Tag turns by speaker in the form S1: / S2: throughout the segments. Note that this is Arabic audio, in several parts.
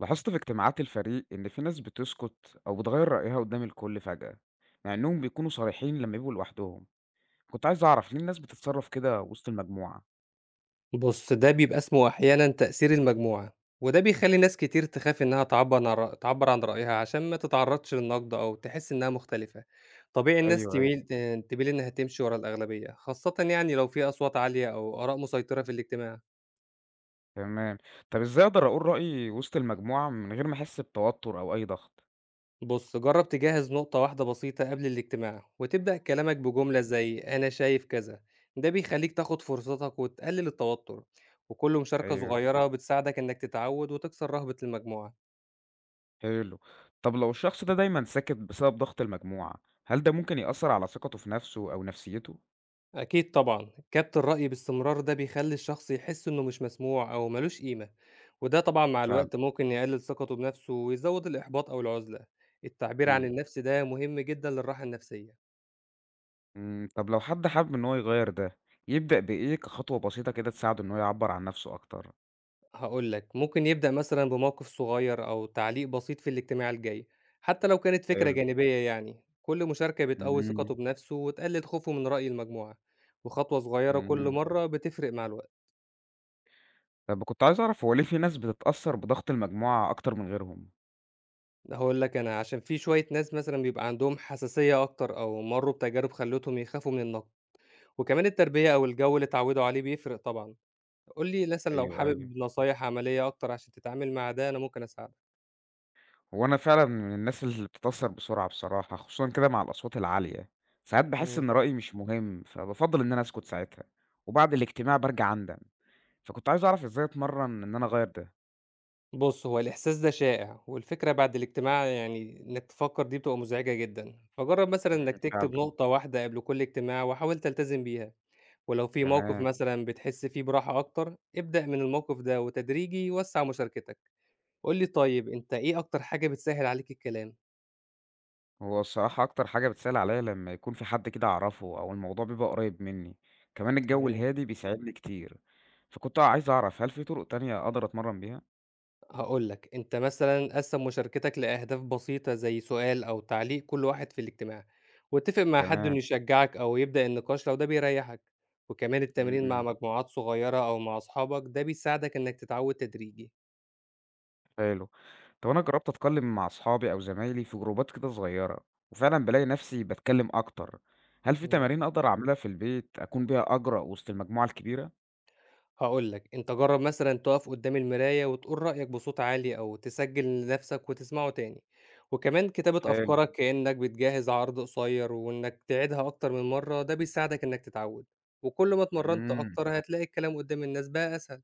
S1: لاحظت في اجتماعات الفريق إن في ناس بتسكت أو بتغير رأيها قدام الكل فجأة، مع إنهم بيكونوا صريحين لما يبقوا لوحدهم. كنت عايز أعرف ليه الناس بتتصرف كده وسط المجموعة.
S2: بُص، ده بيبقى اسمه أحيانًا تأثير المجموعة، وده بيخلّي ناس كتير تخاف إنها تعبّن عن رأ تعبّر عن رأيها عشان ما تتعرّضش للنقد أو تحس إنها مختلفة. طبيعي الناس
S1: أيوه، أيوه.
S2: تميل إنها تمشي ورا الأغلبية، خاصةً يعني لو في أصوات عالية أو آراء مسيطرة في الاجتماع.
S1: تمام. طب إزاي أقدر أقول رأيي وسط المجموعة من غير ما أحس بتوتر أو أي ضغط؟
S2: بُص، جرّب تجهّز نقطة واحدة بسيطة قبل الاجتماع، وتبدأ كلامك بجملة زي "أنا شايف كذا." ده بيخلّيك تاخد فرصتك وتقلل التوتر، وكل مشاركة
S1: أيوه.
S2: صغيرة بتساعدك إنك تتعوّد وتكسر رهبة المجموعة.
S1: حلو. طب لو الشخص ده دايما ساكت بسبب ضغط المجموعة، هل ده ممكن يأثر على ثقته في نفسه أو نفسيته؟
S2: أكيد طبعًا، كبت الرأي باستمرار ده بيخلّي الشخص يحس إنه مش مسموع أو ما لوش قيمة، وده طبعًا
S1: آه،
S2: مع صح.
S1: فعلا.
S2: الوقت ممكن يقلل ثقته بنفسه ويزود الإحباط أو العزلة. التعبير عن
S1: أكيد.
S2: النفس ده مهم جدًا للراحة النفسية.
S1: طب لو حد حابب إن هو يغير ده، يبدأ بإيه كخطوة بسيطة كده تساعده إن هو يعبر عن نفسه أكتر؟
S2: هاقول لك، ممكن يبدأ مثلًا بموقف صغير أو تعليق بسيط في الاجتماع الجاي، حتى لو كانت فكرة
S1: حلو.
S2: جانبية يعني. كل مشاركة بتقوي
S1: إمم،
S2: ثقته بنفسه وتقلل خوفه من رأي المجموعة، وخطوة صغيرة كل
S1: إمم.
S2: مرة بتفرق مع الوقت.
S1: طب كنت عايز أعرف، هو ليه في ناس بتتأثّر بضغط المجموعة أكتر من غيرهم؟
S2: هاقول لك أنا عشان في شوية ناس مثلًا بيبقى عندهم حساسية أكتر أو مرّوا بتجارب خلّتهم يخافوا من النقد، وكمان التربية أو الجو اللي اتعودوا عليه بيفرق طبعًا. قُل لي مثلًا لو
S1: أيوه، أيوه.
S2: حابب نصايح عملية أكتر عشان تتعامل مع ده، أنا ممكن أساعدك.
S1: هو أنا فعلًا من الناس اللي بتتأثّر بسرعة بصراحة، خصوصًا كده مع الأصوات العالية. ساعات باحس
S2: إمم.
S1: إن رأيي مش مهم، فبافضّل إن أنا أسكت ساعتها، وبعد الاجتماع بارجع أندم. فكنت عايز أعرف إزاي أتمرّن إن أنا أغيّر ده؟
S2: بُص، هو الإحساس ده شائع، والفكرة بعد الاجتماع يعني إنك تفكّر دي بتبقى مزعجة جدًا. فجرّب مثلًا إنك
S1: إمم،
S2: تكتب
S1: فعلًا.
S2: نقطة واحدة قبل كل اجتماع وحاول تلتزم بيها، ولو في موقف
S1: تمام.
S2: مثلًا بتحس فيه براحة أكتر، ابدأ من الموقف ده وتدريجي وسّع مشاركتك. قُل لي طيب أنت إيه أكتر حاجة بتسهّل عليك الكلام؟
S1: هو الصراحة أكتر حاجة بتسهل عليا لمّا يكون في حد كده أعرفه أو الموضوع بيبقى قريب منّي، كمان الجو
S2: تمام.
S1: الهادي بيساعدني كتير. فكنت عايز أعرف، هل في طرق تانية أقدر أتمرّن بيها؟
S2: هاقول لك، أنت مثلًا قسّم مشاركتك لأهداف بسيطة زي سؤال أو تعليق كل واحد في الاجتماع، واتفق مع حد إنه
S1: تمام،
S2: يشجعك أو يبدأ النقاش لو ده بيريحك، وكمان التمرين مع
S1: إمم،
S2: مجموعات صغيرة أو مع أصحابك ده بيساعدك إنك تتعوّد تدريجي.
S1: حلو. طب أنا جرّبت أتكلّم مع أصحابي أو زمايلي في جروبات كده صغيّرة، وفعلًا بالاقي نَفْسي باتكلّم أكتر. هل في
S2: إمم.
S1: تمارين أقدر أعملها في البيت أكون بيها أجرأ وسط المجموعة الكبيرة؟
S2: هاقول لك، أنت جرّب مثلًا تقف قدّام المراية وتقول رأيك بصوت عالي أو تسجّل لنفسك وتسمعه تاني، وكمان كتابة
S1: حلو،
S2: أفكارك كإنّك بتجهّز عرض قصير وإنّك تعيدها أكتر من مرّة ده بيساعدك إنّك تتعوّد، وكل ما اتمرّنت
S1: إمم.
S2: أكتر هتلاقي الكلام قدّام الناس بقى أسهل.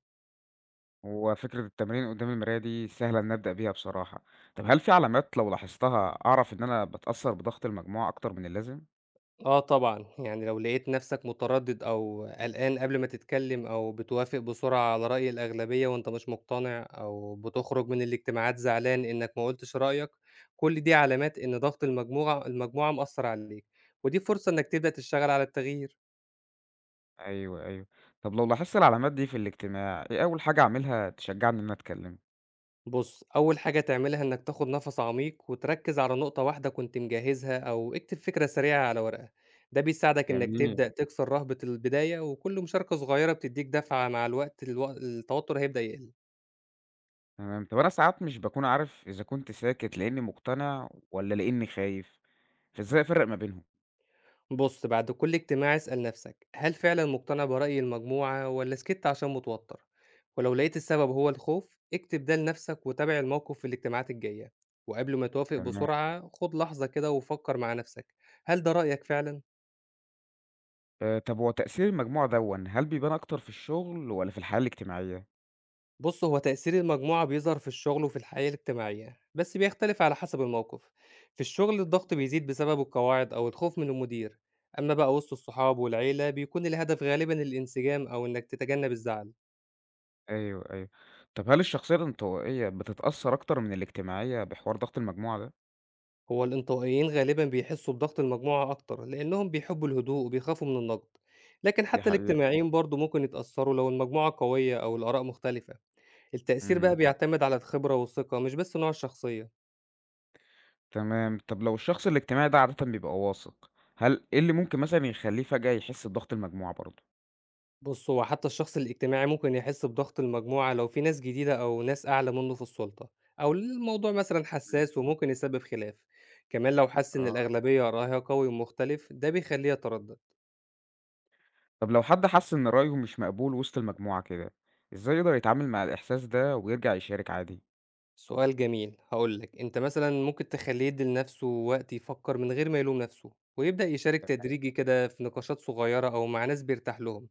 S1: هو فكرة التمرين قدام المراية دي سهلة إني أبدأ بيها بصراحة. طب هل في علامات لو لاحظتها أعرف إن أنا باتأثر بضغط المجموعة أكتر من اللازم؟
S2: آه طبعًا، يعني لو لقيت نَفْسك متردِّد أو قلقان قبل ما تتكلّم أو بتوافق بسرعة على رأي الأغلبية وأنت مش مقتنع أو بتخرج من الاجتماعات زعلان إنّك ما قُلتش رأيك، كل دي علامات إن ضغط المجموعة مأثّر عليك، ودي فرصة إنّك تبدأ تشتغل على التغيير.
S1: أيوه، أيوه. طب لو لاحظت العلامات دي في الاجتماع، إيه أول حاجة أعملها تشجعني إن أنا أتكلم؟
S2: بُص، أول حاجة تعملها إنك تاخد نفس عميق وتركز على نقطة واحدة كنت مجهزها أو اكتب فكرة سريعة على ورقة، ده بيساعدك إنك
S1: جميل.
S2: تبدأ تكسر رهبة البداية وكل مشاركة صغيرة بتديك دفعة مع الوقت الو التوتر هيبدأ يقل.
S1: تمام. طب أنا ساعات مش باكون عارف إذا كنت ساكت لإني مقتنع ولا لإني خايف، فإزاي أفرق ما بينهم؟
S2: بُص، بعد كل اجتماع اسأل نفسك هل فعلًا مقتنع برأي المجموعة والّا سكت عشان متوتر؟ ولو لقيت السبب هو الخوف اكتب ده لنفسك وتابع الموقف في الاجتماعات الجاية، وقبل ما توافق
S1: تمام.
S2: بسرعة خد لحظة كده وفكر مع نفسك هل ده رأيك فعلًا؟
S1: طب هو تأثير المجموع دَوًّا هل بيبان أكتر في الشغل والّا في الحياة الاجتماعية؟
S2: بُص، هو تأثير المجموعة بيظهر في الشغل وفي الحياة الاجتماعية، بس بيختلف على حسب الموقف. في الشغل الضغط بيزيد بسبب القواعد أو الخوف من المدير، أما بقى وسط الصحاب والعيلة بيكون الهدف غالبًا الانسجام أو إنك تتجنب الزعل.
S1: أيوه، أيوه. طب هل الشخصية الانطوائية بتتأثّر أكتر من الاجتماعية بحوار ضغط المجموعة ده؟
S2: هو الانطوائيين غالبًا بيحسوا بضغط المجموعة أكتر، لأنهم بيحبوا الهدوء وبيخافوا من النقد. لكن
S1: دي
S2: حتى
S1: حقيقة.
S2: الاجتماعيين برضه ممكن يتأثروا لو المجموعة قوية أو الآراء مختلفة. التأثير بقى
S1: إمم.
S2: بيعتمد على الخبرة والثقة مش بس نوع الشخصية.
S1: تمام. طب لو الشخص الاجتماعي ده عادةً بيبقى واثق، هل إيه اللي ممكن مثلًا يخلّيه فجأة يحس بضغط المجموعة برضه؟
S2: بُص، هو حتى الشخص الاجتماعي ممكن يحس بضغط المجموعة لو في ناس جديدة أو ناس أعلى منه في السلطة، أو الموضوع مثلًا
S1: إمم.
S2: حساس وممكن يسبب خلاف، كمان لو حس إن
S1: آه.
S2: الأغلبية رأيها قوي ومختلف ده بيخليه يتردد.
S1: طب لو حد حس إن رأيه مش مقبول وسط المجموعة كده، إزاي يقدر يتعامل مع الإحساس ده ويرجع يشارك عادي؟
S2: سؤال جميل، هاقول لك أنت مثلًا ممكن تخليه يدي لنفسه وقت يفكر من غير ما يلوم نفسه، ويبدأ يشارك تدريجي كده في نقاشات صغيرة أو مع ناس بيرتاح لهم،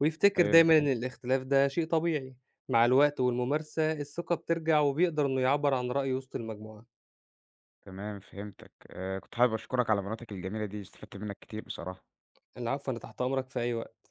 S2: ويفتكر
S1: حلو.
S2: دايمًا إن الاختلاف ده شيء طبيعي. مع الوقت والممارسة الثقة بترجع وبيقدر إنه يعبر عن رأيه وسط المجموعة.
S1: تمام، فهمتك. كنت حابب أشكرك على مناطق الجميلة دي، استفدت منّك كتير بصراحة.
S2: العفو، أنا تحت أمرك في أي وقت.